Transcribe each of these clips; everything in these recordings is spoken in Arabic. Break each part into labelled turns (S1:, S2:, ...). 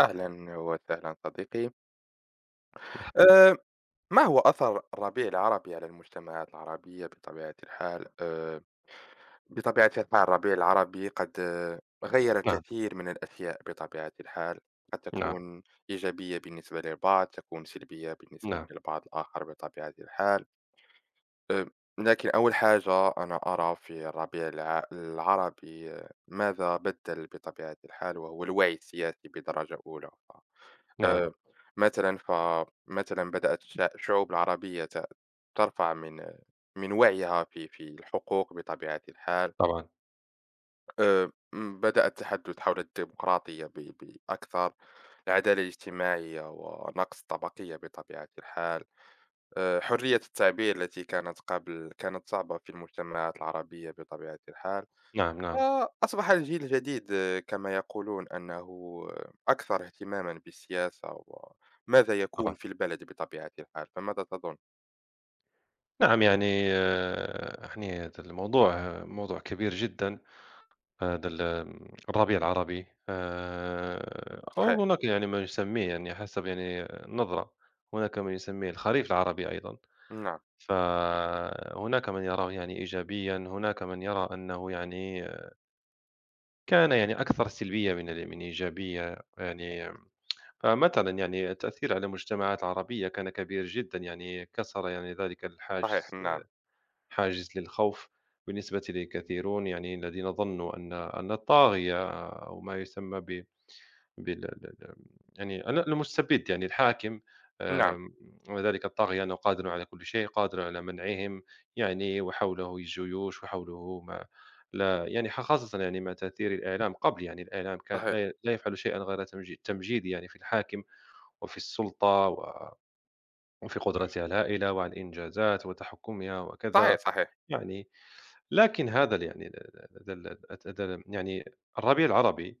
S1: أهلا وسهلا صديقي. أه، ما هو أثر الربيع العربي على المجتمعات العربية بطبيعة الحال. بطبيعة الحال الربيع العربي قد غير
S2: نعم،
S1: الكثير من الأشياء بطبيعة الحال. قد
S2: نعم،
S1: تكون إيجابية بالنسبة للبعض، تكون سلبية بالنسبة
S2: نعم،
S1: للبعض الآخر بطبيعة الحال. أه، لكن أول حاجة أنا أرى في الربيع العربي ماذا بدل بطبيعة الحال، وهو الوعي السياسي بدرجة أولى.
S2: نعم،
S1: آآ مثلًا، فمثلًا بدأت شعوب العربية ترفع من وعيها في الحقوق بطبيعة الحال،
S2: طبعًا،
S1: م بدأ التحدث حول الديمقراطية بأكثر، العدالة الاجتماعية ونقص الطبقية بطبيعة الحال، حرية التعبير التي كانت قبل كانت صعبة في المجتمعات العربية بطبيعة الحال.
S2: نعم، نعم،
S1: فأصبح الجيل الجديد، كما يقولون أنه أكثر اهتماما بالسياسة وماذا يكون
S2: طبعًا،
S1: في البلد بطبيعة الحال. فماذا تظن؟
S2: نعم، يعني يعني هذا الموضوع، موضوع كبير جدًا. هذا ال آمم، الربيع العربي، أو
S1: صحيح.
S2: هناك يعني ما يسميه يعني حسب يعني النظرة. هناك من يسميه الخريف العربي أيضًا.
S1: نعم.
S2: فهناك من يراه يعني إيجابيًا، هناك من يرى أنه يعني كان يعني أكثر سلبية من إيجابية يعني. فمثلا يعني التأثير على المجتمعات العربية كان كبير جدا، يعني كسر يعني ذلك
S1: صحيح.
S2: الحاجز،
S1: نعم.
S2: حاجز للخوف، بالنسبة لكثيرون يعني الذين ظنوا أن الطاغية أو ما يسمى بال يعني المستبد، يعني الحاكم،
S1: نعم.
S2: آم، وذلك الطاغية أنه قادر على كل شيء، قادر على منعهم، يعني وحوله الجيوش وحوله ما لا، يعني خاصة يعني ما تأثير الإعلام قبل، يعني الإعلام كان
S1: صحيح.
S2: لا يفعل شيئا غير تمجيد يعني في الحاكم وفي السُلطة وفي قدرتها الهائلة وعلى الإنجازات وتحكُّمها وكذا.
S1: صحيح. صحيح.
S2: يعني لكن هذا ال يعني ال ال ال ال ات ات ال يعني الربيع العربي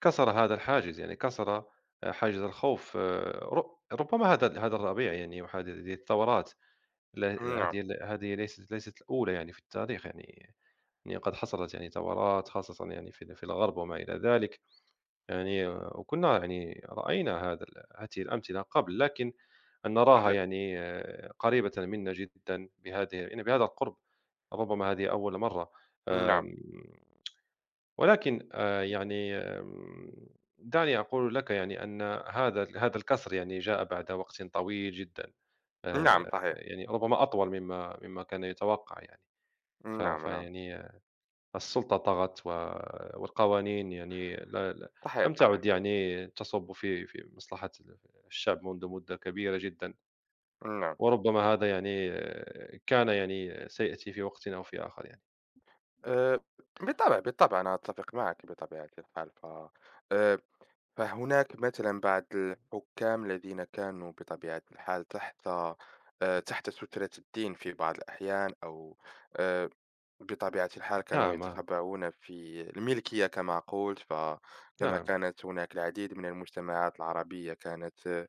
S2: كسر هذا الحاجز، يعني كسر، حاجز الخوف، آه، ر ربما هذا الربيع يعني، وهذه الثورات، ل
S1: نعم.
S2: هذه هذه ليست الأولى يعني في التاريخ يعني. يعني قد حصلت يعني ثورات خاصةً يعني في ال في الغرب وما إلى ذلك. يعني وكنا يعني رأينا هذا ال هاته الأمثلة قبل، لكن أن نراها
S1: صحيح.
S2: يعني قريبة منا جدًا، بهذه يعني بهذا القُرب، ربما هذه أول مرة.
S1: نعم.
S2: آمم، ولكن يعني، دعني أقول لك يعني أن هذا الكسر يعني جاء بعد وقت طويل جدًا.
S1: نعم. صحيح.
S2: يعني ربما أطول مما كان يتوقع يعني.
S1: نعم. نعم.
S2: فيعني السلطة طغت و، والقوانين يعني لا
S1: صحيح.
S2: لم
S1: صحيح.
S2: تعد يعني تصب في مصلحة الشعب منذ مدة كبيرة جدًا،
S1: نعم.
S2: وربما هذا يعني كان يعني سيأتي في وقت أو في آخر يعني.
S1: أه، بالطبع، بالطبع، أنا أتفق معك بطبيعة الحال. ف آه، فهناك مثلا بعض الحكام الذين كانوا بطبيعة الحال تحت، تحت سترة الدين في بعض الأحيان، أو آه، بطبيعة الحال كانوا
S2: نعم، آه،
S1: يتخبؤون في الملكية كما قلت. فكما
S2: نعم،
S1: كانت هناك العديد من المجتمعات العربية كانت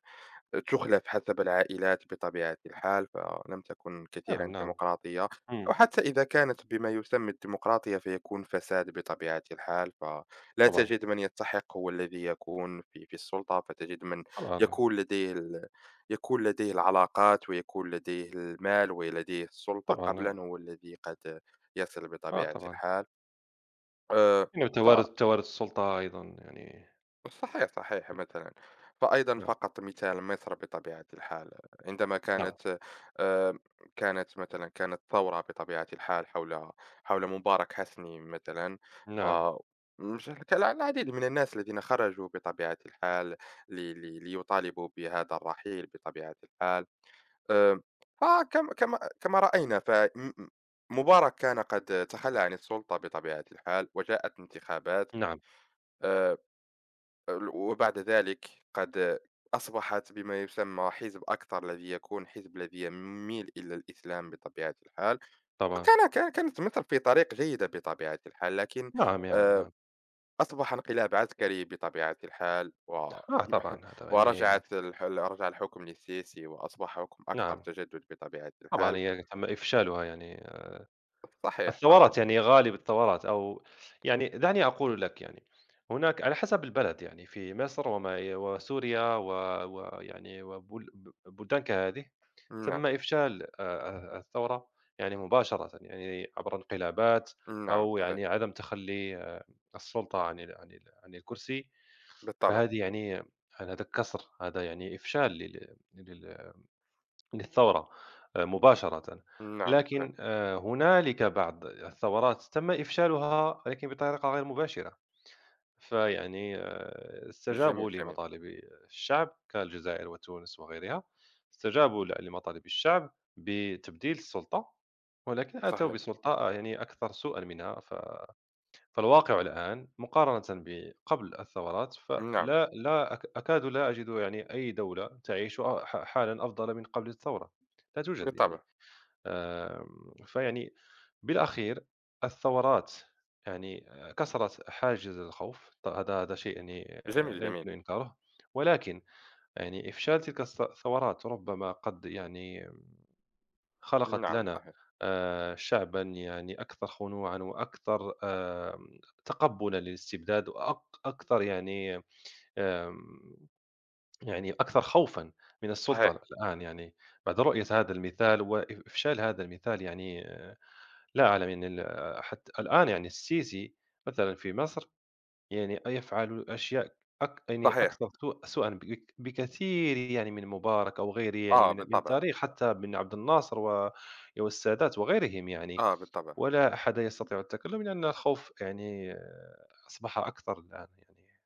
S1: تُخلف حسب العائلات بطبيعة الحال، فلم تكن
S2: نعم،
S1: كثيرًا
S2: نعم،
S1: ديمقراطية، أو
S2: إمم،
S1: حتى إذا كانت بما يسمى الديمقراطية فيكون فساد بطبيعة الحال، فلا
S2: طبعًا،
S1: تجد من يستحق هو الذي يكون في السلطة، فتجد من
S2: طبعًا،
S1: يكون لديه ال يكون لديه العلاقات، ويكون لديه المال ولديه السلطة
S2: طبعًا، آه،
S1: قبلًا هو الذي قد يصل
S2: آه
S1: بطبيعة
S2: طبعًا،
S1: الحال. آآ
S2: يعني
S1: ف
S2: توارث السلطة أيضًا يعني.
S1: صحيح، صحيح مثلًا. فأيضًا
S2: نعم،
S1: فقط مثال مصر بطبيعة الحال، عندما
S2: نعم،
S1: كانت آآ، كانت مثلًا كانت ثورة بطبيعة الحال حول مبارك حسني مثلًا. ف
S2: نعم،
S1: مش- كان العديد من الناس الذين خرجوا بطبيعة الحال لي لي ليطالبوا بهذا الرحيل بطبيعة الحال. آآ، فكما كما كما رأينا. ف م م مبارك كان قد تخلى عن السلطة بطبيعة الحال، وجاءت انتخابات.
S2: نعم،
S1: آآ وبعد ذلك قد أصبحت بما يسمى حزب أكثر، الذي يكون حزب الذي يميل إلى الإسلام بطبيعة الحال.
S2: طبعًا،
S1: كانت مصر في طريق جيدة بطبيعة الحال، لكن
S2: نعم، يعني
S1: آه،
S2: نعم،
S1: أصبح انقلاب عسكري بطبيعة الحال و
S2: آه طبعًا هذا يعني،
S1: رجع الحكم للسيسي، وأصبح حكم أكثر
S2: نعم،
S1: تجدد بطبيعة
S2: طبعًا
S1: الحال.
S2: هي تم إفشالها يعني
S1: صحيح. صحيح.
S2: الثورات، يعني غالب الثورات أو يعني دعني أقول لك يعني، هناك على حسب البلد يعني في مصر وما وسوريا ويعني وبل ب بلدان كهذه،
S1: نعم.
S2: تم إفشال الثورة، يعني مباشرةً، يعني عبر انقلابات،
S1: نعم.
S2: أو
S1: صحيح.
S2: يعني عدم تخلّي السلطة عن ال عن ال عن الكرسي،
S1: بالطبع.
S2: فهذه يعني هذا كسر، هذا يعني إفشال لل لل للثورة مباشرة.
S1: نعم. صحيح.
S2: لكن هنالك بعض الثورات تم إفشالها لكن بطريقة غير مباشرة، فيعني
S1: جميل.
S2: استجابوا
S1: جميل.
S2: لمطالب الشعب كالجزائر وتونس وغيرها، استجابوا لمطالب الشعب بتبديل السلطة، ولكن أتوا
S1: صحيح.
S2: بسلطة يعني أكثر سوءا منها. فالواقع الآن مقارنة بقبل الثورات،
S1: نعم.
S2: فلا لا أك أكاد لا أجد يعني أي دولة تعيش أ ح حالًا أفضل من قبل الثورة، لا توجد يعني.
S1: بالطبع.
S2: فيعني بالأخير الثورات يعني كسرت حاجز الخوف، هذا شيء يعني
S1: جميل.
S2: لا
S1: جميل.
S2: يمكن إنكاره، ولكن يعني إفشال تلك الثورات ربما قد يعني خلقت
S1: نعم.
S2: لنا
S1: صحيح.
S2: شعبًا يعني أكثر خنوعًا، وأكثر تقبُّلًا للاستبداد، أكثر يعني، آمم يعني أكثر خوفًا من السلطة
S1: صحيح،
S2: الآن يعني، بعد رؤية هذا المثال إفشال هذا المثال، يعني لا أعلم يعني، حتى الآن يعني السيسي مثلًا في مصر، يعني يفعل أشياء يعني
S1: صحيح.
S2: أكثر سوءًا بكثير يعني من مبارك أو غيره، يعني
S1: آه
S2: من
S1: بالطبع.
S2: تاريخ، حتى من عبد الناصر و، والسادات وغيرهم يعني،
S1: آه بالطبع.
S2: ولا أحد يستطيع التكلم لأن الخوف، يعني أصبح أكثر الآن يعني،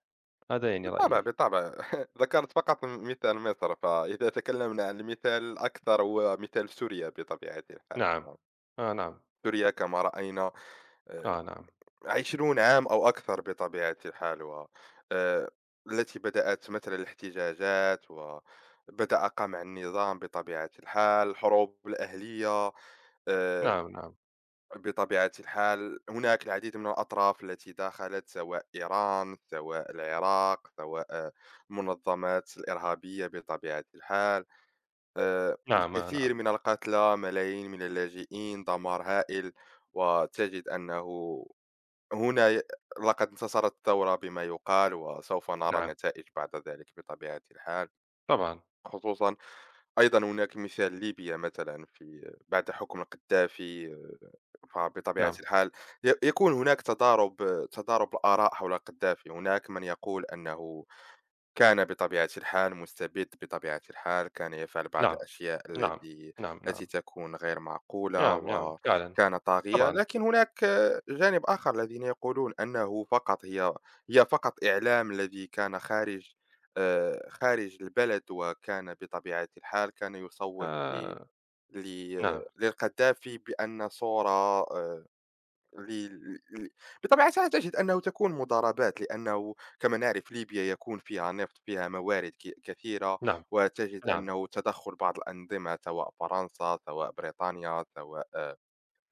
S2: هذا يعني
S1: بالطبع،
S2: رأيي.
S1: بالطبع. ذكرت فقط مثال مصر. فإذا تكلمنا عن المثال الأكثر هو مثال سوريا بطبيعة الحال.
S2: نعم. آه نعم،
S1: سوريا كما رأينا آآ
S2: آه نعم،
S1: 20 عام أو أكثر بطبيعة الحال. و آآ التي بدأت مثل الاحتجاجات، وبدأ قمع النظام بطبيعة الحال، الحروب الأهلية. آآ
S2: نعم، نعم،
S1: بطبيعة الحال هناك العديد من الأطراف التي دخلت، سواء إيران، سواء العراق، سواء المنظمات الإرهابية بطبيعة الحال.
S2: نعم، آه نعم،
S1: الكثير من القتلى، ملايين من اللاجئين، دمار هائل. وتجد أنه هنا ي- لقد انتصرت الثورة بما يقال، وسوف نرى
S2: نعم،
S1: النتائج بعد ذلك بطبيعة الحال،
S2: طبعًا،
S1: خصوصا. أيضا هناك مثال ليبيا مثلا في بعد حكم القذافي. فبطبيعة
S2: نعم،
S1: الحال يكون هناك تضارب الآراء حول قدافي. هناك من يقول أنه كان بطبيعة الحال مستبد بطبيعة الحال، كان يفعل بعض
S2: نعم،
S1: الأشياء
S2: نعم، نعم،
S1: التي
S2: نعم،
S1: تكون غير معقولة،
S2: نعم، نعم، فعلًا،
S1: وكان طاغية.
S2: طبعًا،
S1: لكن هناك جانب آخر الذين يقولون أنه فقط هي فقط إعلام الذي كان خارج، خارج البلد، وكان بطبيعة الحال كان يسوق ل
S2: آآ، نعم،
S1: للقذافي بأن صورة آه، ل ل بطبيعتها تجد أنه تكون مضاربات. لأنه كما نعرف ليبيا يكون فيها نفط، فيها موارد كثيرة.
S2: نعم،
S1: وتجد
S2: نعم،
S1: أنه تدخُّل بعض الأنظمة، سواء فرنسا، سواء بريطانيا، سواء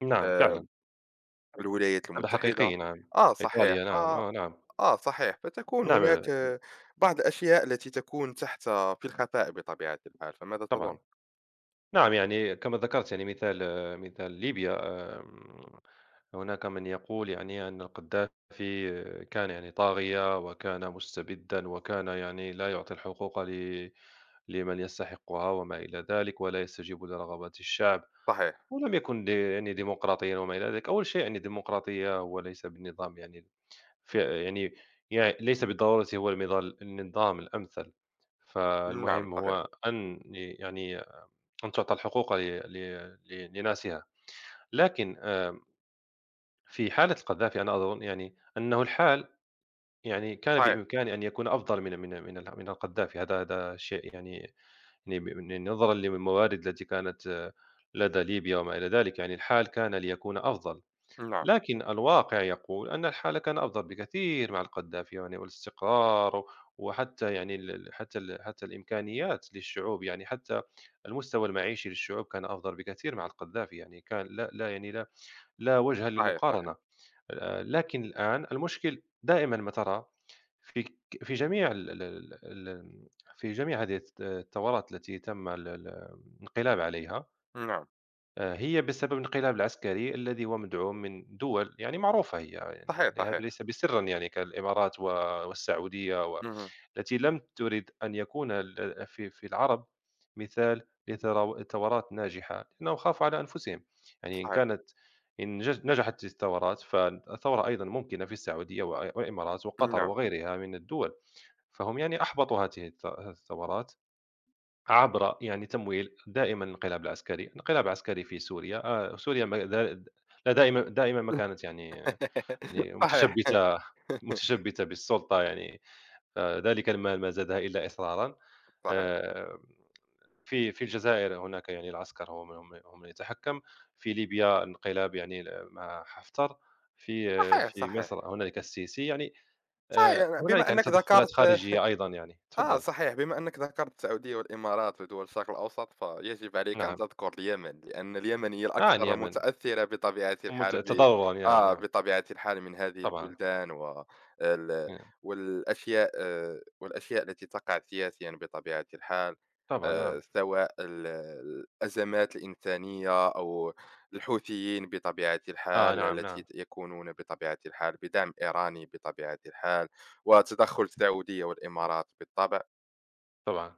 S2: نعم،
S1: آمم،
S2: فعلًا.
S1: الولايات
S2: هذا
S1: المتحدة.
S2: حقيقي نعم،
S1: آه صحيح.
S2: إيطاليا نعم، آه نعم،
S1: آه صحيح. فتكون
S2: نعم،
S1: هناك بعض الأشياء التي تكون تحت في الخفاء بطبيعة الحال. فماذا
S2: طبعًا،
S1: تظن؟
S2: نعم يعني كما ذكرت يعني مثال مثال ليبيا، آمم، هناك من يقول يعني أن القذافي كان يعني طاغية، وكان مستبدًا، وكان يعني لا يعطي الحقوق لمن يستحقها وما إلى ذلك، ولا يستجيب لرغبات الشعب،
S1: صحيح.
S2: ولم يكن يعني ديمقراطيًا وما إلى ذلك. أول شيء يعني الديمقراطية وليس بالنظام يعني، يعني ليس بالضرورة هو المضال النظام الأمثل،
S1: نعم
S2: فالمهم
S1: صحيح.
S2: هو أن يعني أن تعطى الحقوق ل ل ل لناسها، لكن في حالة القذافي أنا أظن يعني أنه الحال، يعني كان
S1: صحيح.
S2: بإمكانه أن يكون أفضل من القذافي، هذا شيء يعني، يعني نظرًا للموارد التي كانت لدى ليبيا وما إلى ذلك، يعني الحال كان ليكون أفضل.
S1: نعم.
S2: لكن الواقع يقول أن الحال كان أفضل بكثير مع القذافي، يعني والاستقرار وحتى يعني حتى الإمكانيات للشعوب، يعني حتى المستوى المعيشي للشعوب كان أفضل بكثير مع القذافي، يعني كان لا يعني، لا وجه
S1: صحيح. صحيح.
S2: للمقارنة. لكن الآن المشكل دائما ما ترى في في جميع ال- في جميع هذه الثورات التي تم الانقلاب عليها،
S1: نعم.
S2: هي بسبب الانقلاب العسكري الذي هو مدعوم من دول يعني معروفة هي، يعني
S1: صحيح.
S2: هذا
S1: صحيح.
S2: ليس بسرًا يعني، كالإمارات و، والسعودية و،
S1: اهم.
S2: التي لم تُرِد أن يكون في العرب مثال ثورات ناجحة، لأنهم خافوا على أنفسهم، يعني إن
S1: صحيح.
S2: كانت، إن جز نجحت الثورات، فالثورة أيضًا ممكنة في السعودية و، والإمارات وقطر
S1: نعم.
S2: وغيرها من الدول، فهم يعني أحبطوا هذه الثورات، عبر يعني تمويل دائمًا الانقلاب العسكري، انقلاب عسكري في سوريا، سوريا ما د لا دائمًا دائمًا ما كانت يعني، يعني
S1: صحيح.
S2: متشبتة متشبتة بالسلطة يعني، فذلك المال ما زادها إلا إصرارًا.
S1: صحيح.
S2: آآ في الجزائر هناك يعني العسكر هو من يتحكم، في ليبيا الانقلاب يعني مع حفتر، في آه،
S1: صحيح،
S2: في
S1: صحيح،
S2: مصر هنالك السيسي، يعني
S1: صحيح.
S2: هنالك
S1: بما
S2: يعني
S1: أنك
S2: تدخلات
S1: ذكرت
S2: خارجية أيضًا يعني.
S1: آه
S2: تفضل.
S1: صحيح. بما أنك ذكرت السعودية والإمارات ودول الشرق الأوسط، فيجب عليك أن
S2: نعم.
S1: تذكر اليمن، لأن اليمن هي
S2: آه عن
S1: الأكثر
S2: اليمن،
S1: متأثرة بطبيعة الحال، ب
S2: تضررًا يعني،
S1: آه
S2: نعم،
S1: بطبيعة الحال من هذه
S2: طبعًا.
S1: البلدان. و ال
S2: نعم،
S1: والأشياء التي تقع سياسيًا بطبيعة الحال.
S2: طبعًا نعم.
S1: سواء الأزمات الإنسانية، أو الحوثيين بطبيعة
S2: آه
S1: الحال
S2: نعم، نعم،
S1: التي يكونون بطبيعة الحال بدعم إيراني بطبيعة الحال. وتدخل السعودية والإمارات بالطبع.
S2: طبعًا.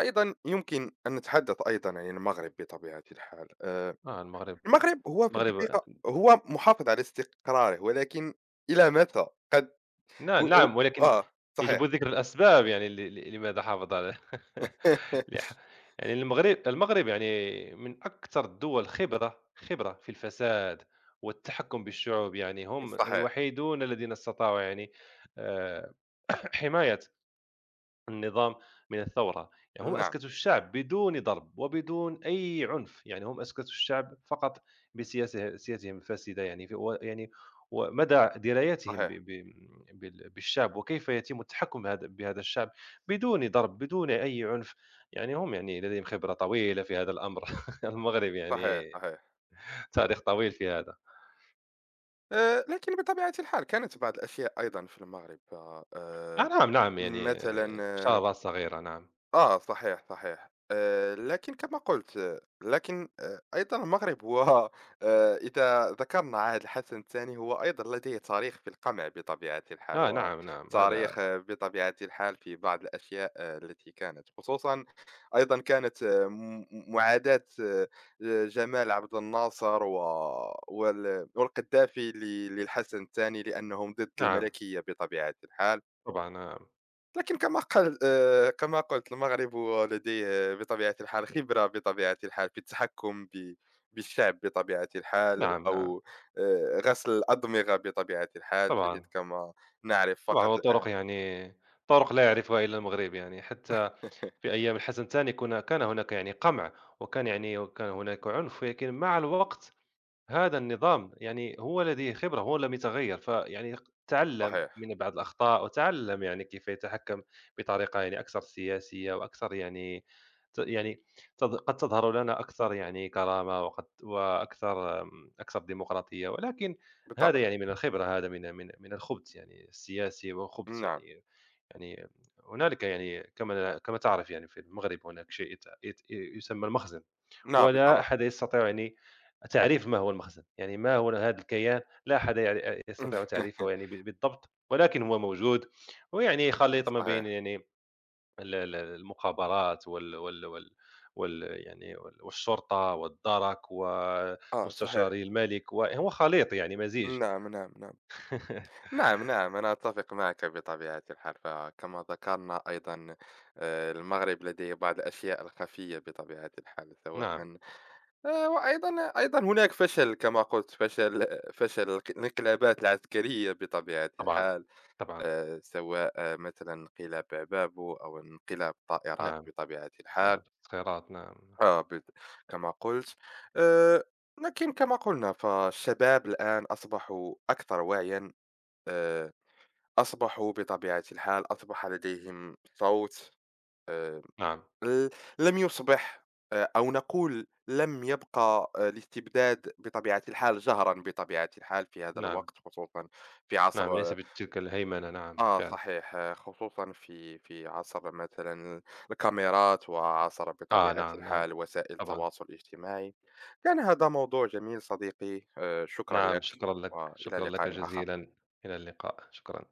S1: وأيضا يمكن أن نتحدث أيضا عن المغرب بطبيعة الحال.
S2: آه المغرب،
S1: المغرب هو في
S2: المغرب،
S1: الحقيقة هو محافظ على استقراره، ولكن إلى متى؟ قد هو
S2: نعم، نعم، ولكن
S1: آه
S2: يجب
S1: صحيح.
S2: ذكر الأسباب يعني ل ل لماذا حافظ على لح يعني المغرب يعني من أكثر الدول خبرة في الفساد والتحكم بالشعوب، يعني هم
S1: صحيح.
S2: الوحيدون الذين استطاعوا يعني آآ حماية النظام من الثورة. يعني هم
S1: نعم.
S2: أسكتوا الشعب بدون ضرب، وبدون أي عنف، يعني هم أسكتوا الشعب فقط سياسهم الفاسدة، يعني في يعني، ومدى درايتهم
S1: صحيح.
S2: بالشعب، وكيف يتم التحكم بهذا الشعب بدون ضرب بدون أي عنف، يعني هم يعني لديهم خبرة طويلة في هذا الأمر، المغرب
S1: صحيح.
S2: يعني
S1: صحيح.
S2: تاريخ طويل في هذا.
S1: لكن بطبيعة الحال كانت بعض الأشياء أيضا في المغرب
S2: آه
S1: آه،
S2: نعم نعم يعني
S1: مثلا
S2: شارات صغيرة نعم.
S1: آه صحيح، صحيح. لكن كما قُلت لكن أيضًا المغرب هو إذا ذكرنا عهد الحسن الثاني، هو أيضًا لديه تاريخ في القمع بطبيعة الحال،
S2: آه نعم نعم هذا،
S1: وتاريخ بطبيعة الحال في بعض الأشياء التي كانت خصوصًا، أيضًا كانت م م معاداة جمال عبد الناصر و وال والقذافي للحسن الثاني، لأنهم ضد
S2: نعم
S1: الملكية بطبيعة الحال.
S2: طبعا نعم،
S1: لكن كما قل كما قلت المغرب هو لديه بطبيعة الحال خبرة بطبيعة الحال في التحكم بالشعب بطبيعة الحال،
S2: نعم نعم
S1: أو غسل الأدمغة بطبيعة الحال، تجد
S2: طبعا.
S1: كما نعرف
S2: طبعًا هو
S1: فقط الآن.
S2: طرق يعني، طرق لا يعرفها إلا المغرب يعني، حتى في أيام الحسن الثاني كان هناك يعني قمع، وكان يعني وكان هناك عنف، ولكن مع الوقت هذا النظام يعني هو لديه خبرة، هو لم يتغيّر، فيعني تعلّم
S1: صحيح.
S2: من بعض الأخطاء، وتعلّم يعني كيف يتحكم بطريقة يعني أكثر سياسية وأكثر يعني، يعني قد تظهر لنا أكثر يعني كرامة وأكثر أكثر ديمقراطية، ولكن
S1: بالطبع.
S2: هذا يعني من الخبرة، هذا من الخبث يعني السياسي، والخبث
S1: نعم.
S2: يعني، يعني هنالك يعني كما تعرف يعني في المغرب هناك شيء يت يت يسمى المخزن.
S1: نعم
S2: ولا
S1: بالطبع.
S2: أحد يستطيع يعني تعريف ما هو المخزن، يعني ما هو هذا الكيان؟ لا أحد يستطيع تعريفه يعني بالضبط، ولكن هو موجود، ويعني خليط ما بين
S1: صحيح.
S2: يعني ال المخابرات وال وال وال وال يعني والشرطة والدرك
S1: آه صحيح.
S2: ومستشاري الملك، وهو خليط يعني مزيج.
S1: نعم. نعم. نعم. نعم. نعم، أنا أتفق معك بطبيعة الحال. فكما ذكرنا أيضًا المغرب لديه بعض الأشياء الخفية بطبيعة الحال، سواء.
S2: نعم،
S1: وأيضًا هناك فشل كما قُلت، فشل فشل الق الانقلابات العسكرية بطبيعة
S2: طبعًا،
S1: الحال.
S2: طبعًا،
S1: سواء مثلًا انقلاب بابو، أو انقلاب الطائرات
S2: نعم،
S1: بطبيعة الحال.
S2: آه، تسخيرات، نعم،
S1: آه بت كما قُلت. آآ لكن كما قُلنا فالشباب الآن أصبحوا أكثر وعيًا. آآ أصبحوا بطبيعة الحال، أصبح لديهم صوت. آآ
S2: نعم،
S1: ل لم يُصبح أو نقول لم يبقى الاستبداد بطبيعة الحال جَهرًا بطبيعة الحال في هذا
S2: نعم،
S1: الوقت، خصوصًا في عصر.
S2: نعم، ليس بتلك الهيمنة، نعم،
S1: آه،
S2: فعلًا،
S1: صحيح. خصوصًا في عصر مثلًا الكاميرات، وعصر
S2: آه،
S1: بطبيعة
S2: نعم، نعم،
S1: الحال وسائل
S2: طبعًا.
S1: التواصل الاجتماعي. كان هذا موضوع جميل صديقي. شكرًا
S2: نعم
S1: لك،
S2: شكرًا لك،
S1: وإلى
S2: شكرًا لك
S1: لقاء آخر.
S2: جزيلًا، إلى اللقاء، شكرًا.